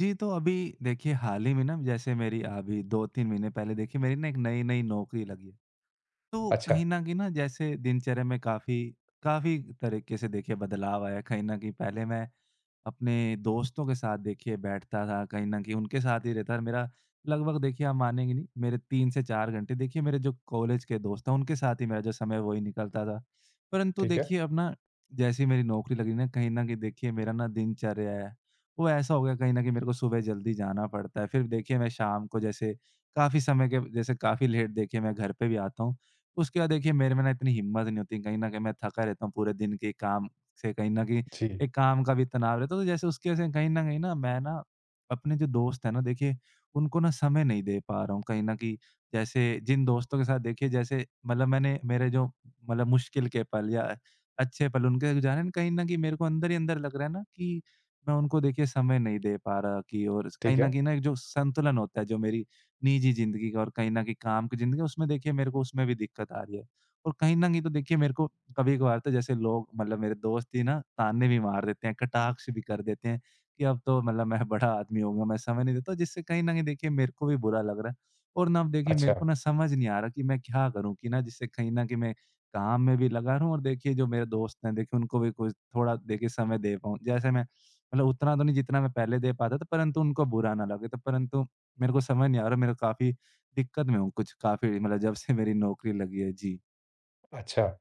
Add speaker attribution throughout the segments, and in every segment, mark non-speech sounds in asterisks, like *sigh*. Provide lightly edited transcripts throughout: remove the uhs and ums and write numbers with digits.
Speaker 1: जी, तो अभी देखिए हाल ही में ना जैसे मेरी अभी 2-3 महीने पहले देखिए मेरी ना एक नई-नई नौकरी लगी है। तो
Speaker 2: अच्छा,
Speaker 1: कहीं न कहीं ना जैसे दिनचर्या में काफ़ी काफ़ी तरीके से देखिए बदलाव आया। कहीं न कहीं पहले मैं अपने दोस्तों के साथ देखिए बैठता था, कहीं न कहीं उनके साथ ही रहता था। मेरा लगभग देखिए आप मानेंगे नहीं, मेरे 3 से 4 घंटे देखिए मेरे जो कॉलेज के दोस्त हैं उनके साथ ही मेरा जो समय है वो ही निकलता था। परंतु
Speaker 2: ठीक है।
Speaker 1: देखिए अब ना, जैसे ही मेरी नौकरी लगी ना, कहीं न कहीं देखिए मेरा ना दिनचर्या है वो ऐसा हो गया, कहीं न कहीं मेरे को सुबह जल्दी जाना पड़ता है। फिर देखिए मैं शाम को जैसे काफ़ी समय के जैसे काफ़ी लेट देखिए मैं घर पे भी आता हूँ। उसके बाद देखिए मेरे में ना इतनी हिम्मत नहीं होती, कहीं न कहीं मैं थका रहता हूँ पूरे दिन के काम से, कहीं न कहीं
Speaker 2: जी,
Speaker 1: एक काम का भी तनाव रहता है। तो जैसे उसकी वजह से कहीं न कहीं ना मैं ना अपने जो दोस्त हैं ना देखिए, उनको ना समय नहीं दे पा रहा हूँ कहीं न कहीं। जैसे जिन दोस्तों के साथ देखिए, जैसे मतलब मैंने मेरे जो मतलब मुश्किल के पल या अच्छे पल उनके साथ गुज़ारे हैं, कहीं न कहीं मेरे को अंदर ही अंदर लग रहा है ना कि मैं उनको देखिए समय नहीं दे पा रहा, कि और कहीं
Speaker 2: ठीक
Speaker 1: न
Speaker 2: है।
Speaker 1: कहीं ना एक जो संतुलन होता है जो मेरी निजी ज़िंदगी का और कहीं न कहीं काम की ज़िंदगी, उसमें देखिए मेरे को उसमें भी दिक्कत आ रही है। और कहीं न कहीं तो देखिए मेरे को कभी-कभार तो जैसे लोग, मतलब मेरे दोस्त ही ना, ताने भी मार देते हैं, कटाक्ष भी कर देते हैं कि अब तो मतलब मैं बड़ा आदमी हो गया, मैं समय नहीं देता, जिससे कहीं न कहीं देखिए मेरे को भी बुरा लग रहा है। और ना अब देखिए मेरे
Speaker 2: अच्छा,
Speaker 1: को ना समझ नहीं आ रहा कि मैं क्या करूँ कि ना, जिससे कहीं न कहीं मैं काम में भी लगा रहूँ और देखिए जो मेरे दोस्त हैं देखिए उनको भी कुछ थोड़ा देखिए समय दे पाऊँ। जैसे मैं मतलब उतना तो नहीं जितना मैं पहले दे पाता था, परंतु उनको बुरा ना लगे, तो परंतु मेरे को समझ नहीं आ रहा, मेरा काफ़ी दिक्कत में हूँ कुछ काफ़ी, मतलब जब से मेरी नौकरी लगी है। जी।
Speaker 2: अच्छा।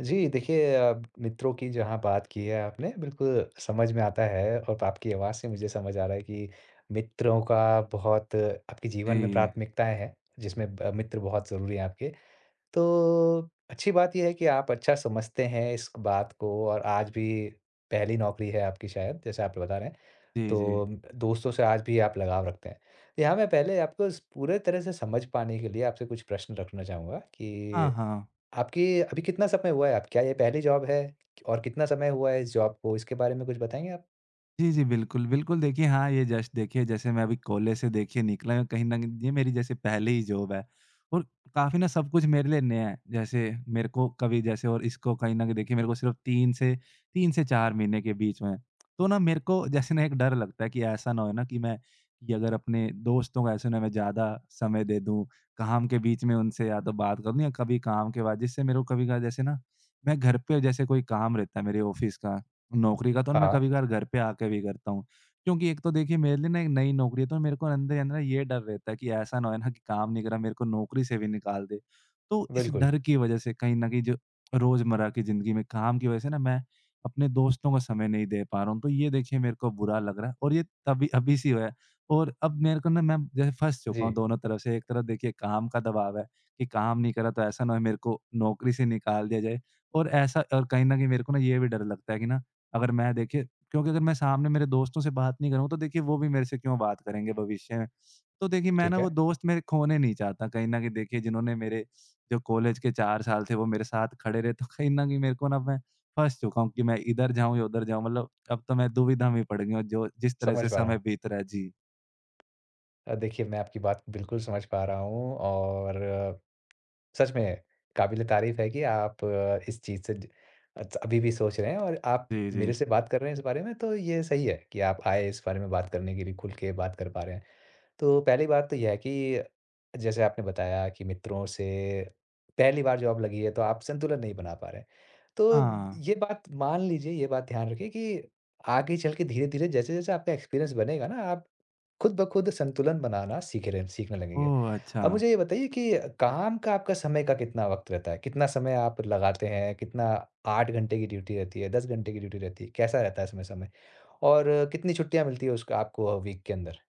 Speaker 2: जी, देखिए अब मित्रों की जहाँ बात की है आपने बिल्कुल समझ में आता है और आपकी आवाज़ से मुझे समझ आ रहा है कि मित्रों का बहुत आपके जीवन में
Speaker 1: जी।
Speaker 2: प्राथमिकताएँ हैं, जिसमें ब मित्र बहुत ज़रूरी हैं आपके। तो अच्छी बात ये है कि आप अच्छा समझते हैं इस बात को और आज भी पहली नौकरी है आपकी शायद, जैसे आप बता रहे हैं।
Speaker 1: जी, जी।
Speaker 2: तो दोस्तों से आज भी आप लगाव रखते हैं। यहाँ मैं पहले आपको स पूरे तरह से समझ पाने के लिए आपसे कुछ प्रश्न रखना चाहूँगा
Speaker 1: हाँ,
Speaker 2: कि
Speaker 1: हाँ।
Speaker 2: आपकी अभी कितना समय हुआ है आप क्या ये पहली जॉब है? और कितना समय हुआ है इस जॉब को, इसके बारे में कुछ बताएँगे आप?
Speaker 1: जी, जी, बिल्कुल, बिल्कुल देखिए, हाँ, ये जस्ट देखिए जैसे मैं अभी कॉलेज से देखिए निकला हूँ, कहीं न कहीं ये मेरी जैसे पहली ही जॉब है और काफ़ी ना सब कुछ मेरे लिए नया है। जैसे मेरे को कभी जैसे, और इसको कहीं न कहीं देखिए मेरे को सिर्फ़ 3 से 4 महीने के बीच में है। तो ना मेरे को जैसे ना एक डर लगता है कि ऐसा ना हो ना कि मैं, कि अगर अपने दोस्तों को ऐसे ना मैं ज़्यादा समय दे दूँ, काम के बीच में उनसे या तो बात कर लूँ या कभी काम के बाद, जिससे मेरे को कभी-कभार जैसे ना मैं घर पे जैसे कोई काम रहता है मेरे ऑफ़िस का, नौकरी का, तो ना मैं
Speaker 2: हाँ,
Speaker 1: कभी-कभार घर पे आके भी करता हूँ। क्योंकि एक तो देखिए मेरे लिए ना एक नई नौकरी है, तो मेरे को अंदर ही अंदर ये डर रहता है कि ऐसा ना हो ना कि काम नहीं करा मेरे को नौकरी से भी निकाल दे। तो इस
Speaker 2: बिल्कुल।
Speaker 1: डर की वज़ह से कहीं न कहीं, जो रोज़मर्रा की ज़िंदगी में काम की वज़ह से ना, मैं अपने दोस्तों को समय नहीं दे पा रहा हूँ। तो ये देखिए मेरे को बुरा लग रहा है, और ये तभी अभी से हुआ है, और अब मेरे को ना, मैं जैसे फँस चुका हूँ
Speaker 2: जी,
Speaker 1: दोनों तरफ से। एक तरफ देखिए काम का दबाव है कि काम नहीं करा तो ऐसा ना हो मेरे को नौकरी से निकाल दिया जाए, और ऐसा, और कहीं न कहीं मेरे को ना ये भी डर लगता है कि ना, अगर मैं देखिए, क्योंकि अगर मैं सामने मेरे दोस्तों से बात नहीं करूँ, तो देखिए वो भी मेरे से क्यों बात करेंगे भविष्य में। तो देखिए मैं ना
Speaker 2: ठीक
Speaker 1: वो
Speaker 2: है,
Speaker 1: दोस्त मेरे खोने नहीं चाहता, कहीं न कहीं देखिए जिन्होंने मेरे, जो कॉलेज के 4 साल थे वो मेरे साथ खड़े रहे, तो कहीं न कहीं मेरे को ना, मैं फँस चुका हूँ कि मैं इधर जाऊँ या उधर जाऊँ, मतलब अब तो मैं दुविधा में पड़ गया हूँ जो जिस तरह
Speaker 2: समझ
Speaker 1: से
Speaker 2: पा रहा
Speaker 1: समय
Speaker 2: हूँ।
Speaker 1: बीत रहा है। जी।
Speaker 2: देखिए मैं आपकी बात बिल्कुल समझ पा रहा हूँ और सच में, काबिल-ए-तारीफ़ है कि आप इस चीज़ से ज अच अभी भी सोच रहे हैं और आप
Speaker 1: जी।
Speaker 2: मेरे
Speaker 1: जी,
Speaker 2: से बात कर रहे हैं इस बारे में, तो ये सही है कि आप आए इस बारे में बात करने के लिए, खुल के बात कर पा रहे हैं। तो पहली बात तो यह है कि जैसे आपने बताया कि मित्रों से पहली बार जॉब लगी है, तो आप संतुलन नहीं बना पा रहे हैं। तो
Speaker 1: हाँ।
Speaker 2: ये बात मान लीजिए, ये बात ध्यान रखिए कि आगे चल के धीरे-धीरे जैसे-जैसे आपका एक्सपीरियंस बनेगा ना, आप खुद ब खुद संतुलन बनाना सीखने लगेंगे।
Speaker 1: ओह! अच्छा।
Speaker 2: अब मुझे ये बताइए कि काम का आपका समय का कितना वक़्त रहता है? कितना समय आप लगाते हैं? कितना 8 घंटे की ड्यूटी रहती है, 10 घंटे की ड्यूटी रहती है? कैसा रहता है इसमें समय? और कितनी छुट्टियाँ मिलती है उसका आपको वीक के अंदर?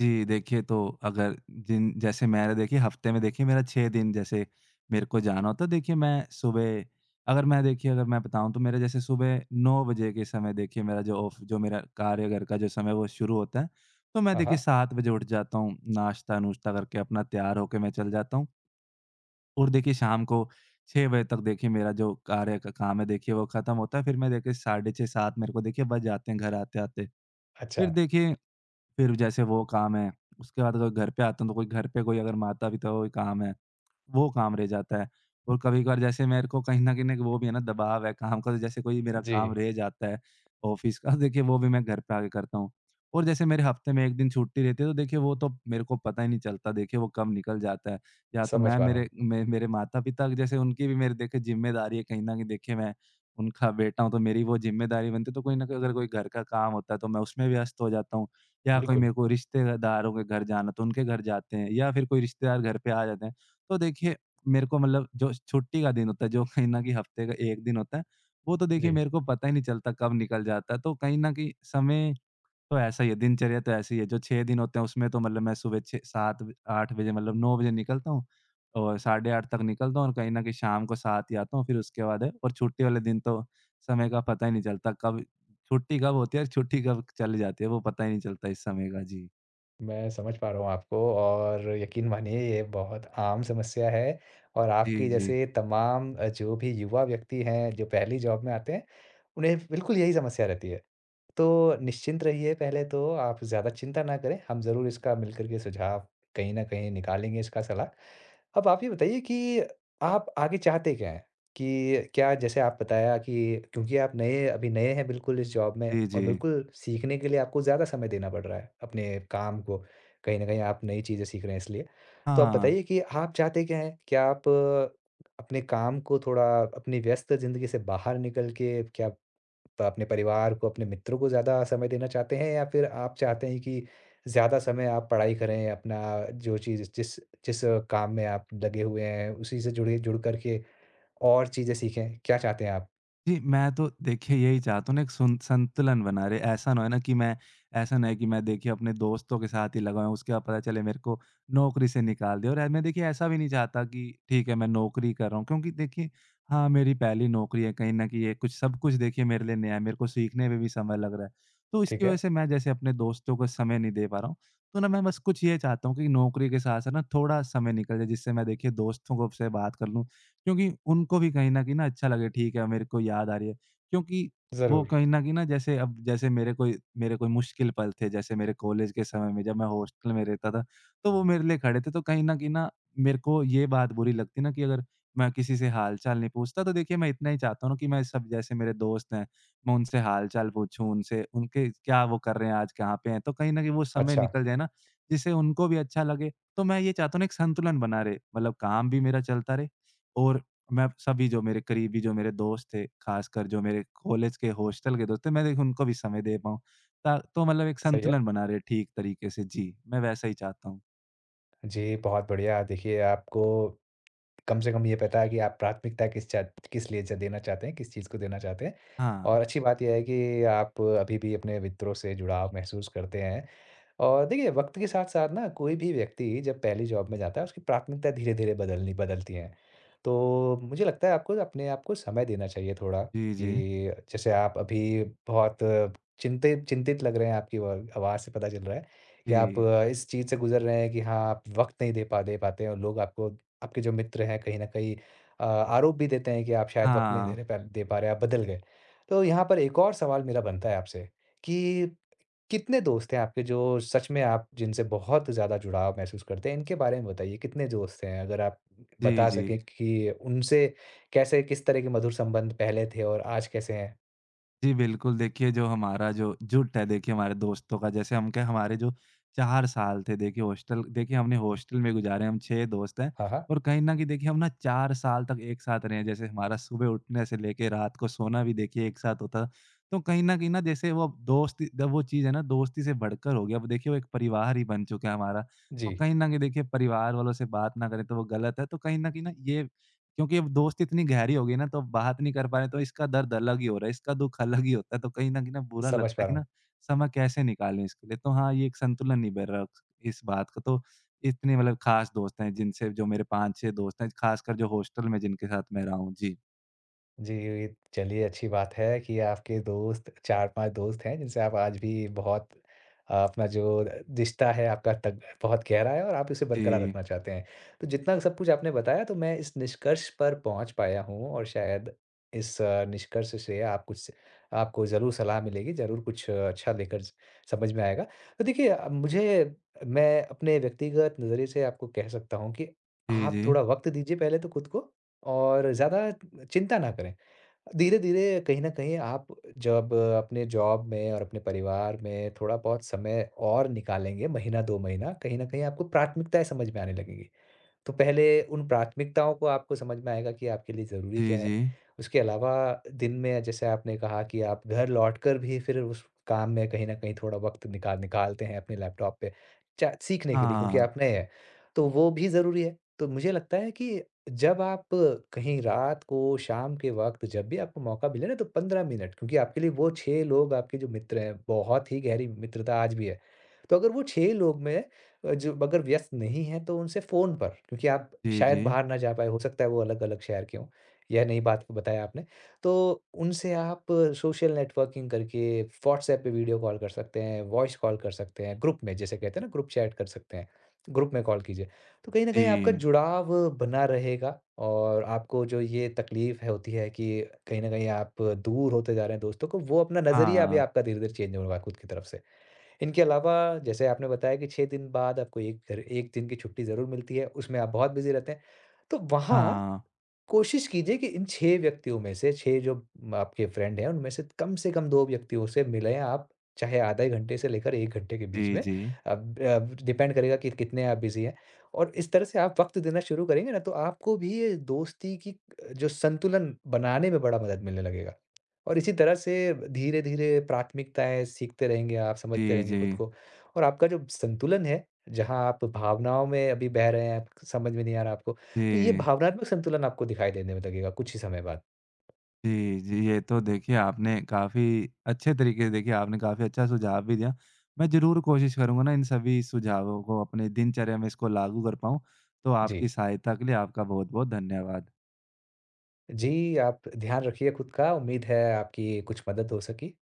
Speaker 1: जी, देखिए, तो अगर जिन जैसे मैंने देखिए हफ्ते में देखिए मेरा 6 दिन जैसे मेरे को जाना होता है, देखिए मैं सुबह, अगर मैं देखिए, अगर मैं बताऊँ तो मेरा जैसे सुबह 9 बजे के समय देखिए मेरा जो ऑफ जो मेरा कार्य घर का जो समय वो शुरू होता है। तो मैं
Speaker 2: हाँ,
Speaker 1: देखिए
Speaker 2: हाँ।
Speaker 1: 7 बजे उठ जाता हूँ, नाश्ता-नुश्ता करके अपना तैयार होके मैं चल जाता हूँ, और देखिए शाम को 6 बजे तक देखिए मेरा जो कार्य का काम है देखिए वो खत्म होता है। फिर मैं देखिए साढ़े 6, 7 मेरे को देखिए बज जाते हैं घर आते-आते।
Speaker 2: अच्छा।
Speaker 1: फिर देखिए, फिर जैसे वो काम है, उसके बाद अगर घर पे आता हूँ तो कोई घर पे, कोई अगर माता-पिता का कोई काम है, वो काम रह जाता है। और कभी-कभार जैसे मेरे को कहीं न कहीं एक वो भी है ना, दबाव है काम का, तो जैसे कोई मेरा
Speaker 2: जी,
Speaker 1: काम रह जाता है ऑफ़िस का, *laughs* देखिए वो भी मैं घर पे आके करता हूँ। और जैसे मेरे हफ़्ते में 1 दिन छुट्टी रहती है, तो देखिए वो तो मेरे को पता ही नहीं चलता, देखिए वो कब निकल जाता है। या तो
Speaker 2: समझ
Speaker 1: मैं
Speaker 2: पा रहा
Speaker 1: मेरे
Speaker 2: हूँ।
Speaker 1: मे मेरे माता-पिता, जैसे उनकी भी मेरे देखिए ज़िम्मेदारी है, कहीं न कहीं देखिए मैं उनका बेटा हूँ, तो मेरी वो ज़िम्मेदारी बनती है, तो कोई न कोई अगर कोई घर का काम होता है, तो मैं उसमें व्यस्त हो जाता हूँ। या कोई मेरे
Speaker 2: बिल्कुल,
Speaker 1: को रिश्तेदारों के घर जाना, तो उनके घर जाते हैं या फिर कोई रिश्तेदार घर पे आ जाते हैं। तो देखिए मेरे को, मतलब जो छुट्टी का दिन होता है, जो कहीं न कहीं हफ्ते का 1 दिन होता है, वो तो देखिए
Speaker 2: जी,
Speaker 1: मेरे को पता ही नहीं चलता कब निकल जाता है। तो कहीं न कहीं समय तो ऐसा ही है, दिनचर्या तो ऐसी ही है। जो 6 दिन होते हैं उसमें तो मतलब मैं सुबह 6, 7 ब 8 बजे, मतलब 9 बजे निकलता हूँ, और साढ़े 8 तक निकलता हूँ, और कहीं न कहीं शाम को 7 ही आता हूँ, फिर उसके बाद है, और छुट्टी वाले दिन तो समय का पता ही नहीं चलता कब, छुट्टी कब होती है और छुट्टी कब चली जाती है, वो पता ही नहीं चलता इस समय का। जी।
Speaker 2: मैं समझ पा रहा हूँ आपको और यकीन मानिए ये बहुत आम समस्या है और
Speaker 1: जी,
Speaker 2: आपकी
Speaker 1: जी।
Speaker 2: जैसे तमाम जो भी युवा व्यक्ति हैं, जो पहली जॉब में आते हैं, उन्हें बिल्कुल यही समस्या रहती है। तो निश्चिंत रहिए पहले तो आप ज़्यादा चिंता ना करें, हम ज़रूर इसका मिलकर के सुझाव कहीं न कहीं निकालेंगे इसका सलाह। अब आप ये बताइए कि आप आगे चाहते क्या हैं? कि क्या जैसे आप बताया कि क्योंकि आप नए अभी नए हैं बिल्कुल इस जॉब में
Speaker 1: जी,
Speaker 2: और
Speaker 1: जी।
Speaker 2: बिल्कुल सीखने के लिए आपको ज़्यादा समय देना पड़ रहा है अपने काम को। कहीं न कहीं आप नई चीज़ें सीख रहे हैं इसलिए। तो आप
Speaker 1: हाँ।
Speaker 2: बताइए कि आप चाहते क्या हैं? क्या आप अपने काम को थोड़ा अपनी व्यस्त ज़िंदगी से बाहर निकल के क्या तो अपने परिवार को, अपने मित्रों को ज़्यादा समय देना चाहते हैं या फिर आप चाहते हैं कि ज़्यादा समय आप पढ़ाई करें, अपना जो चीज़ जिस जिस काम में आप लगे हुए हैं, उसी से जुड़ कर के और चीज़ें सीखें? क्या चाहते हैं आप?
Speaker 1: जी, मैं तो देखिए यही चाहता हूँ ना एक सुन संतुलन बना रहे। ऐसा ना हो ना कि मैं, ऐसा ना है कि मैं देखिए अपने दोस्तों के साथ ही लगा हूँ, उसके बाद पता चले मेरे को नौकरी से निकाल दिया। और ऐ मैं देखिए ऐसा भी नहीं चाहता कि ठीक है मैं नौकरी कर रहा हूँ, क्योंकि देखिए हाँ, मेरी पहली नौकरी है, कहीं न कहीं ये कुछ सब कुछ देखिए मेरे लिए नया है, मेरे को सीखने में भी समय लग रहा है। तो इसकी
Speaker 2: ठीक
Speaker 1: वज़ह
Speaker 2: है?
Speaker 1: से मैं जैसे अपने दोस्तों को समय नहीं दे पा रहा हूँ। तो ना मैं बस कुछ ये चाहता हूँ कि नौकरी के साथ-साथ ना थोड़ा समय निकल जाए, जिससे मैं देखिए दोस्तों को से बात कर लूँ। क्योंकि उनको भी कहीं न कहीं ना अच्छा लगे, ठीक है मेरे को याद आ रही है। क्योंकि वो
Speaker 2: ज़रूर।
Speaker 1: कहीं न कहीं ना जैसे, अब जैसे मेरे कोई मुश्किल पल थे, जैसे मेरे कॉलेज के समय में, जब मैं हॉस्टल में रहता था, तो वो मेरे लिए खड़े थे। तो कहीं न कहीं ना मेरे को ये बात बुरी लगती ना कि अगर मैं किसी से हाल-चाल नहीं पूछता, तो देखिए मैं इतना ही चाहता हूँ ना कि मैं सब, जैसे मेरे दोस्त हैं, मैं उनसे हाल-चाल पूछूँ, उनसे उनके क्या वो कर रहे हैं, आज कहाँ पे हैं? तो कहीं न कहीं वो समय
Speaker 2: अच्छा,
Speaker 1: निकल जाए ना, जिससे उनको भी अच्छा लगे। तो मैं ये चाहता हूँ ना एक संतुलन बना रहे, मतलब काम भी मेरा चलता रहे, और मैं सभी जो मेरे करीबी, जो मेरे दोस्त थे, ख़ासकर जो मेरे कॉलेज के हॉस्टल के दोस्त थे, मैं देखिए उनको भी समय दे पाऊँ। ता तो मतलब एक
Speaker 2: सही है।
Speaker 1: संतुलन बना रहे ठीक तरीके से। जी, मैं वैसा ही चाहता हूँ।
Speaker 2: जी, बहुत बढ़िया। देखिए, आपको कम से कम ये पता है कि आप प्राथमिकता किस लिए ज देना चाहते हैं, किस चीज़ को देना चाहते हैं
Speaker 1: हाँ।
Speaker 2: और अच्छी बात ये है कि आप अभी भी अपने मित्रों से जुड़ाव महसूस करते हैं। और देखिए, वक़्त के साथ-साथ ना कोई भी व्यक्ति जब पहली जॉब में जाता है, उसकी प्राथमिकता धीरे-धीरे बदलनी बदलती हैं। तो मुझे लगता है आपको अपने आप को समय देना चाहिए थोड़ा
Speaker 1: जी, जी।
Speaker 2: कि जैसे आप अभी बहुत चिंतित चिंतित लग रहे हैं, आपकी व आवाज़ से पता चल रहा है कि आप
Speaker 1: जी।
Speaker 2: इस चीज़ से गुज़र रहे हैं कि हाँ, आप वक़्त नहीं दे पाते हैं और लोग आपको आपके जो मित्र हैं कहीं न कहीं आरोप भी देते हैं कि आप शायद वक़्त नहीं
Speaker 1: हाँ।
Speaker 2: दे पा रहे, आप बदल गए। तो यहाँ पर एक और सवाल मेरा बनता है आपसे कि कितने दोस्त हैं आपके जो सच में आप जिनसे बहुत ज़्यादा जुड़ाव महसूस करते हैं? इनके बारे में बताइए, कितने दोस्त हैं? अगर आप
Speaker 1: जी,
Speaker 2: बता
Speaker 1: जी।
Speaker 2: सकें कि उनसे कैसे किस तरह के मधुर संबंध पहले थे और आज कैसे हैं?
Speaker 1: जी, बिल्कुल। देखिए, जो हमारा जो जुट है, देखिए हमारे दोस्तों का, जैसे हम क्या हमारे जो 4 साल थे, देखिए हॉस्टल देखिए हमने हॉस्टल में गुज़ारे हैं, हम 6 दोस्त हैं,
Speaker 2: हाँ, हाँ।
Speaker 1: और कहीं न कहीं देखिए हम ना 4 साल तक एक साथ रहे हैं। जैसे हमारा सुबह उठने से लेके रात को सोना भी देखिए एक साथ होता था। तो कहीं न कहीं ना जैसे वो अब दोस्ती द वो चीज़ है ना, दोस्ती से बढ़कर हो गया। अब देखिए वो एक परिवार ही बन चुका है हमारा,
Speaker 2: जी,
Speaker 1: और कहीं न कहीं देखिए परिवार वालों से बात ना करें तो वो गलत है। तो कहीं न कहीं ना ये क्योंकि अब दोस्ती इतनी गहरी हो गई ना, तो अब बात नहीं कर पा रहे, तो इसका दर्द अलग ही हो रहा है, इसका दुःख अलग ही होता है, तो कहीं न कहीं ना बुरा
Speaker 2: समझ
Speaker 1: लगता
Speaker 2: पा
Speaker 1: है कि
Speaker 2: रहा
Speaker 1: ना,
Speaker 2: हूँ।
Speaker 1: समय कैसे निकालें इसके लिए? तो हाँ, ये एक संतुलन नहीं बन रहा इस बात का। तो इतने मतलब खास दोस्त हैं, जिनसे जो मेरे 5-6 दोस्त हैं, खासकर जो हॉस्टल में जिनके साथ मैं रहा हूँ। जी।
Speaker 2: जी, चलिए अच्छी बात है कि आपके दोस्त 4-5 दोस्त हैं जिनसे आप आज भी बहुत अपना जो रिश्ता है आपका तग बहुत गहरा है और आप इसे बरकरार
Speaker 1: जी।
Speaker 2: रखना चाहते हैं। तो जितना सब कुछ आपने बताया तो मैं इस निष्कर्ष पर पहुँच पाया हूँ और शायद इस निष्कर्ष से आप कुछ आपको ज़रूर सलाह मिलेगी, ज़रूर कुछ अच्छा लेकर स समझ में आएगा। तो देखिए मुझे मैं अपने व्यक्तिगत नज़रिए से आपको कह सकता हूँ कि
Speaker 1: जी,
Speaker 2: आप
Speaker 1: जी।
Speaker 2: थोड़ा वक़्त दीजिए पहले तो खुद को। और ज़्यादा चिंता ना करें। धीरे-धीरे कहीं न कहीं आप जब अपने जॉब में और अपने परिवार में थोड़ा-बहुत समय और निकालेंगे महीना 2 महीना, कहीं न कहीं आपको प्राथमिकताएँ समझ में आने लगेंगी। तो पहले उन प्राथमिकताओं को आपको समझ में आएगा कि आपके लिए ज़रूरी
Speaker 1: जी,
Speaker 2: क्या है।
Speaker 1: जी।
Speaker 2: उसके अलावा दिन में जैसे आपने कहा कि आप घर लौटकर भी फिर उस काम में कहीं न कहीं थोड़ा वक़्त निकालते हैं अपने लैपटॉप पे, चा सीखने के लिए क्योंकि
Speaker 1: हाँ।
Speaker 2: आप नए हैं, तो वो भी ज़रूरी है। तो मुझे लगता है कि जब आप कहीं रात को, शाम के वक़्त जब भी आपको मौका मिले ना तो 15 मिनट क्योंकि आपके लिए वो 6 लोग आपके जो मित्र हैं, बहुत ही गहरी मित्रता आज भी है। तो अगर वो 6 लोग में जो अगर व्यस्त नहीं हैं तो उनसे फ़ोन पर, क्योंकि आप
Speaker 1: जी, जी।
Speaker 2: शायद बाहर ना जा पाएँ, हो सकता है वो अलग-अलग शहर के हों। यह नई बात बताया आपने। तो उनसे आप सोशल नेटवर्किंग करके व्हाट्सऐप पे वीडियो कॉल कर सकते हैं, वॉइस कॉल कर सकते हैं, ग्रुप में जैसे कहते हैं ना ग्रुप चैट कर सकते हैं, ग्रुप में कॉल कीजिए। तो कहीं न कहीं आपका
Speaker 1: जी।
Speaker 2: जुड़ाव बना रहेगा और आपको जो ये तकलीफ़ है होती है कि कहीं न कहीं आप दूर होते जा रहे हैं दोस्तों को, वो अपना नज़रिया भी
Speaker 1: हाँ।
Speaker 2: आपका धीरे-धीरे चेंज होगा खुद की तरफ से। इनके अलावा जैसे आपने बताया कि 6 दिन बाद आपको 1 दिन की छुट्टी ज़रूर मिलती है, उसमें आप बहुत बिज़ी रहते हैं। तो वहाँ
Speaker 1: हाँ।
Speaker 2: कोशिश कीजिए कि इन 6 व्यक्तियों में से 6 जो आपके फ्रेंड हैं, उनमें से कम 2 व्यक्तियों से मिलें आप, चाहे आधे घंटे से लेकर 1 घंटे के
Speaker 1: जी,
Speaker 2: बीच में।
Speaker 1: जी।
Speaker 2: अब डिपेंड करेगा कि कितने आप बिज़ी हैं और इस तरह से आप वक़्त देना शुरू करेंगे ना, तो आपको भी ये दोस्ती की जो संतुलन बनाने में बड़ा मदद मिलने लगेगा। और इसी तरह से धीरे-धीरे प्राथमिकताएँ सीखते रहेंगे आप, समझते
Speaker 1: जी,
Speaker 2: रहेंगे
Speaker 1: जी।
Speaker 2: खुद को और आपका जो संतुलन है, जहाँ आप भावनाओं में अभी बह रहे हैं, समझ में नहीं आ रहा आपको, तो ये
Speaker 1: जी।
Speaker 2: भावनात्मक संतुलन आपको दिखाई देने में लगेगा कुछ ही समय बाद।
Speaker 1: जी, जी। ये तो देखिए आपने काफ़ी अच्छे तरीके से देखिए आपने काफ़ी अच्छा सुझाव भी दिया। मैं ज़रूर कोशिश करूँगा ना इन सभी सुझावों को अपने दिनचर्या में इसको लागू कर पाऊँ। तो आपकी
Speaker 2: जी।
Speaker 1: सहायता के लिए आपका बहुत-बहुत धन्यवाद।
Speaker 2: जी, आप ध्यान रखिए खुद का, उम्मीद है आपकी कुछ मदद हो सकी।